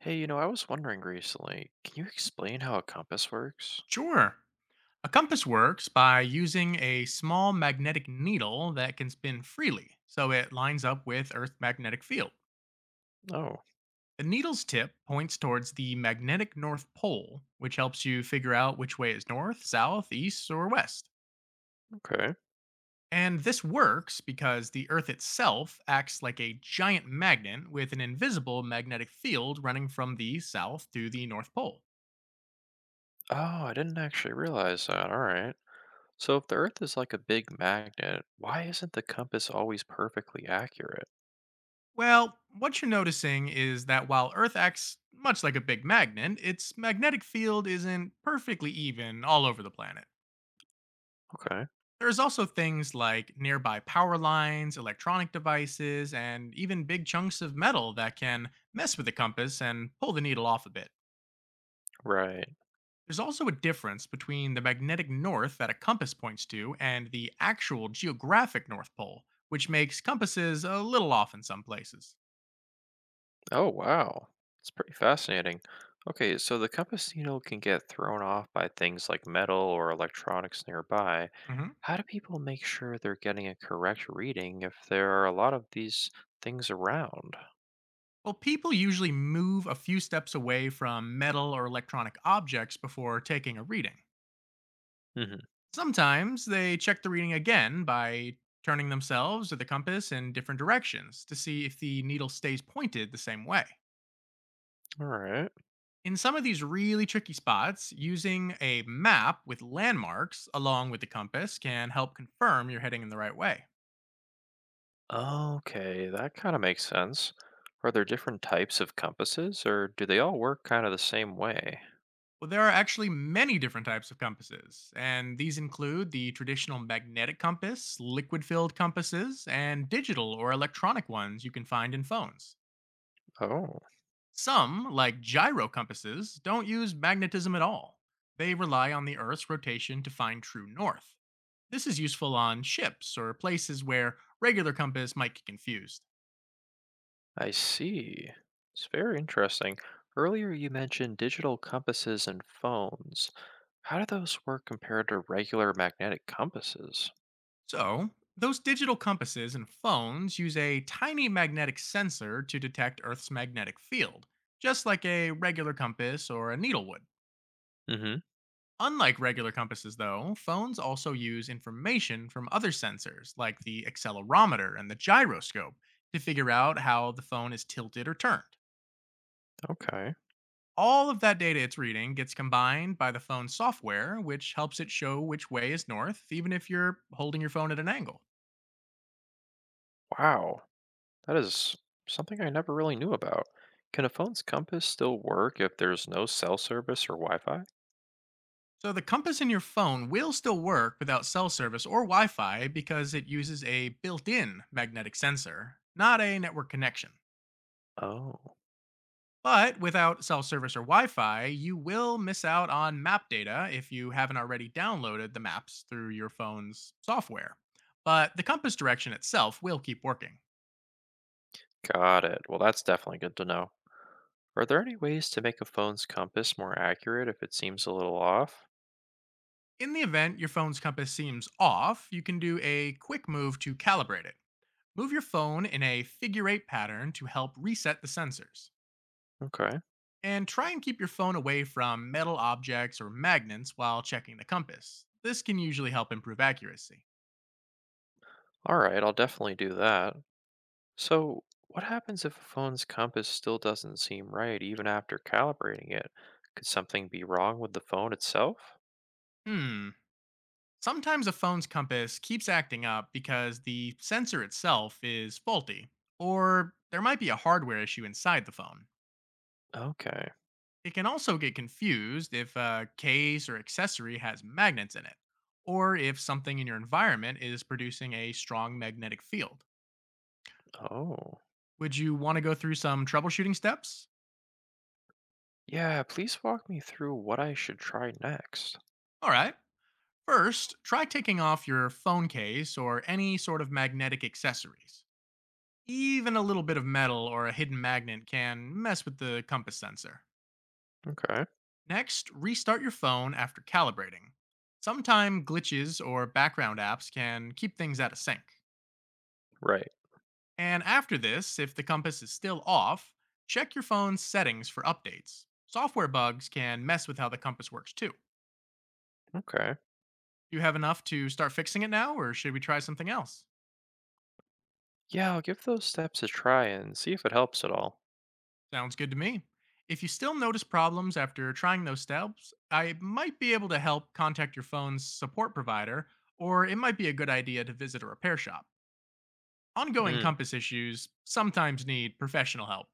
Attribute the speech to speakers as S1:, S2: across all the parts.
S1: Hey, I was wondering recently, can you explain how a compass works?
S2: Sure. A compass works by using a small magnetic needle that can spin freely, so it lines up with Earth's magnetic field.
S1: Oh,
S2: The needle's tip points towards the magnetic North Pole, which helps you figure out which way is north, south, east, or west.
S1: okay.
S2: And this works because the Earth itself acts like a giant magnet with an invisible magnetic field running from the south to the North Pole.
S1: Oh, I didn't actually realize that. All right. So if the Earth is like a big magnet, why isn't the compass always perfectly accurate?
S2: Well, what you're noticing is that while Earth acts much like a big magnet, its magnetic field isn't perfectly even all over the planet.
S1: Okay.
S2: There's also things like nearby power lines, electronic devices, and even big chunks of metal that can mess with the compass and pull the needle off a bit.
S1: Right.
S2: There's also a difference between the magnetic north that a compass points to and the actual geographic North Pole, which makes compasses a little off in some places.
S1: Oh, wow. It's pretty fascinating. Okay, so the compass needle can get thrown off by things like metal or electronics nearby.
S2: Mhm.
S1: How do people make sure they're getting a correct reading if there are a lot of these things around?
S2: Well, people usually move a few steps away from metal or electronic objects before taking a reading.
S1: Mm-hmm.
S2: Sometimes they check the reading again by turning themselves or the compass in different directions to see if the needle stays pointed the same way.
S1: All right.
S2: In some of these really tricky spots, using a map with landmarks along with the compass can help confirm you're heading in the right way.
S1: Okay, that kind of makes sense. Are there different types of compasses, or do they all work kind of the same way?
S2: Well, there are actually many different types of compasses, and these include the traditional magnetic compass, liquid filled compasses, and digital or electronic ones you can find in phones.
S1: Oh,
S2: Some, like gyro compasses, don't use magnetism at all. They rely on the Earth's rotation to find true north. This is useful on ships or places where regular compass might get confused.
S1: I see. It's very interesting. Earlier you mentioned digital compasses and phones. How do those work compared to regular magnetic compasses?
S2: So, those digital compasses and phones use a tiny magnetic sensor to detect Earth's magnetic field, just like a regular compass or a needle would.
S1: Mm-hmm.
S2: Unlike regular compasses, though, phones also use information from other sensors, like the accelerometer and the gyroscope, to figure out how the phone is tilted or turned.
S1: Okay.
S2: All of that data it's reading gets combined by the phone's software, which helps it show which way is north, even if you're holding your phone at an angle.
S1: Wow. That is something I never really knew about. Can a phone's compass still work if there's no cell service or Wi-Fi?
S2: So the compass in your phone will still work without cell service or Wi-Fi because it uses a built in magnetic sensor, not a network connection.
S1: Oh,
S2: But without cell service or Wi Fi, you will miss out on map data if you haven't already downloaded the maps through your phone's software. But the compass direction itself will keep working.
S1: got it. Well, that's definitely good to know. Are there any ways to make a phone's compass more accurate if it seems a little off?
S2: In the event your phone's compass seems off, you can do a quick move to calibrate it. Move your phone in a figure eight pattern to help reset the sensors.
S1: Okay.
S2: And try and keep your phone away from metal objects or magnets while checking the compass. This can usually help improve accuracy.
S1: All right, I'll definitely do that. So, what happens if a phone's compass still doesn't seem right even after calibrating it? Could something be wrong with the phone itself?
S2: Hmm. Sometimes a phone's compass keeps acting up because the sensor itself is faulty, or there might be a hardware issue inside the phone.
S1: Okay.
S2: It can also get confused if a case or accessory has magnets in it, or if something in your environment is producing a strong magnetic field.
S1: Oh.
S2: Would you want to go through some troubleshooting steps?
S1: Yeah, please walk me through what I should try next.
S2: All right. First, try taking off your phone case or any sort of magnetic accessories. Even a little bit of metal or a hidden magnet can mess with the compass sensor.
S1: Okay.
S2: Next, restart your phone after calibrating. Sometimes glitches or background apps can keep things out of sync.
S1: Right.
S2: And after this, if the compass is still off, check your phone's settings for updates. Software bugs can mess with how the compass works too. Do
S1: Okay.
S2: you have enough to start fixing it now, or should we try something else?
S1: Yeah, I'll give those steps a try and see if it helps at all.
S2: Sounds good to me. If you still notice problems after trying those steps, I might be able to help contact your phone's support provider, or it might be a good idea to visit a repair shop. Ongoing
S1: Hmm.
S2: compass issues sometimes need professional help.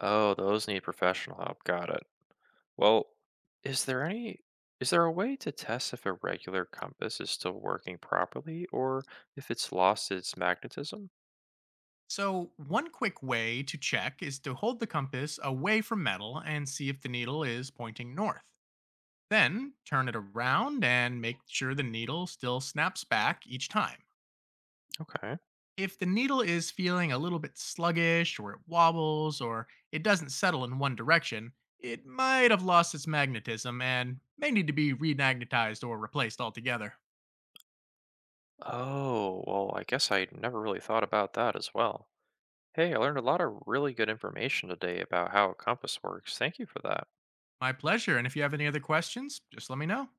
S1: Oh, those need professional help. Got it. Well, is there any is there a way to test if a regular compass is still working properly or if it's lost its magnetism?
S2: So, one quick way to check is to hold the compass away from metal and see if the needle is pointing north. Then turn it around and make sure the needle still snaps back each time.
S1: Okay.
S2: If the needle is feeling a little bit sluggish, or it wobbles, or it doesn't settle in one direction, it might have lost its magnetism and may need to be remagnetized or replaced altogether.
S1: Oh, well, I guess I never really thought about that as well. Hey, I learned a lot of really good information today about how a compass works. Thank you for that.
S2: My pleasure, and if you have any other questions, just let me know.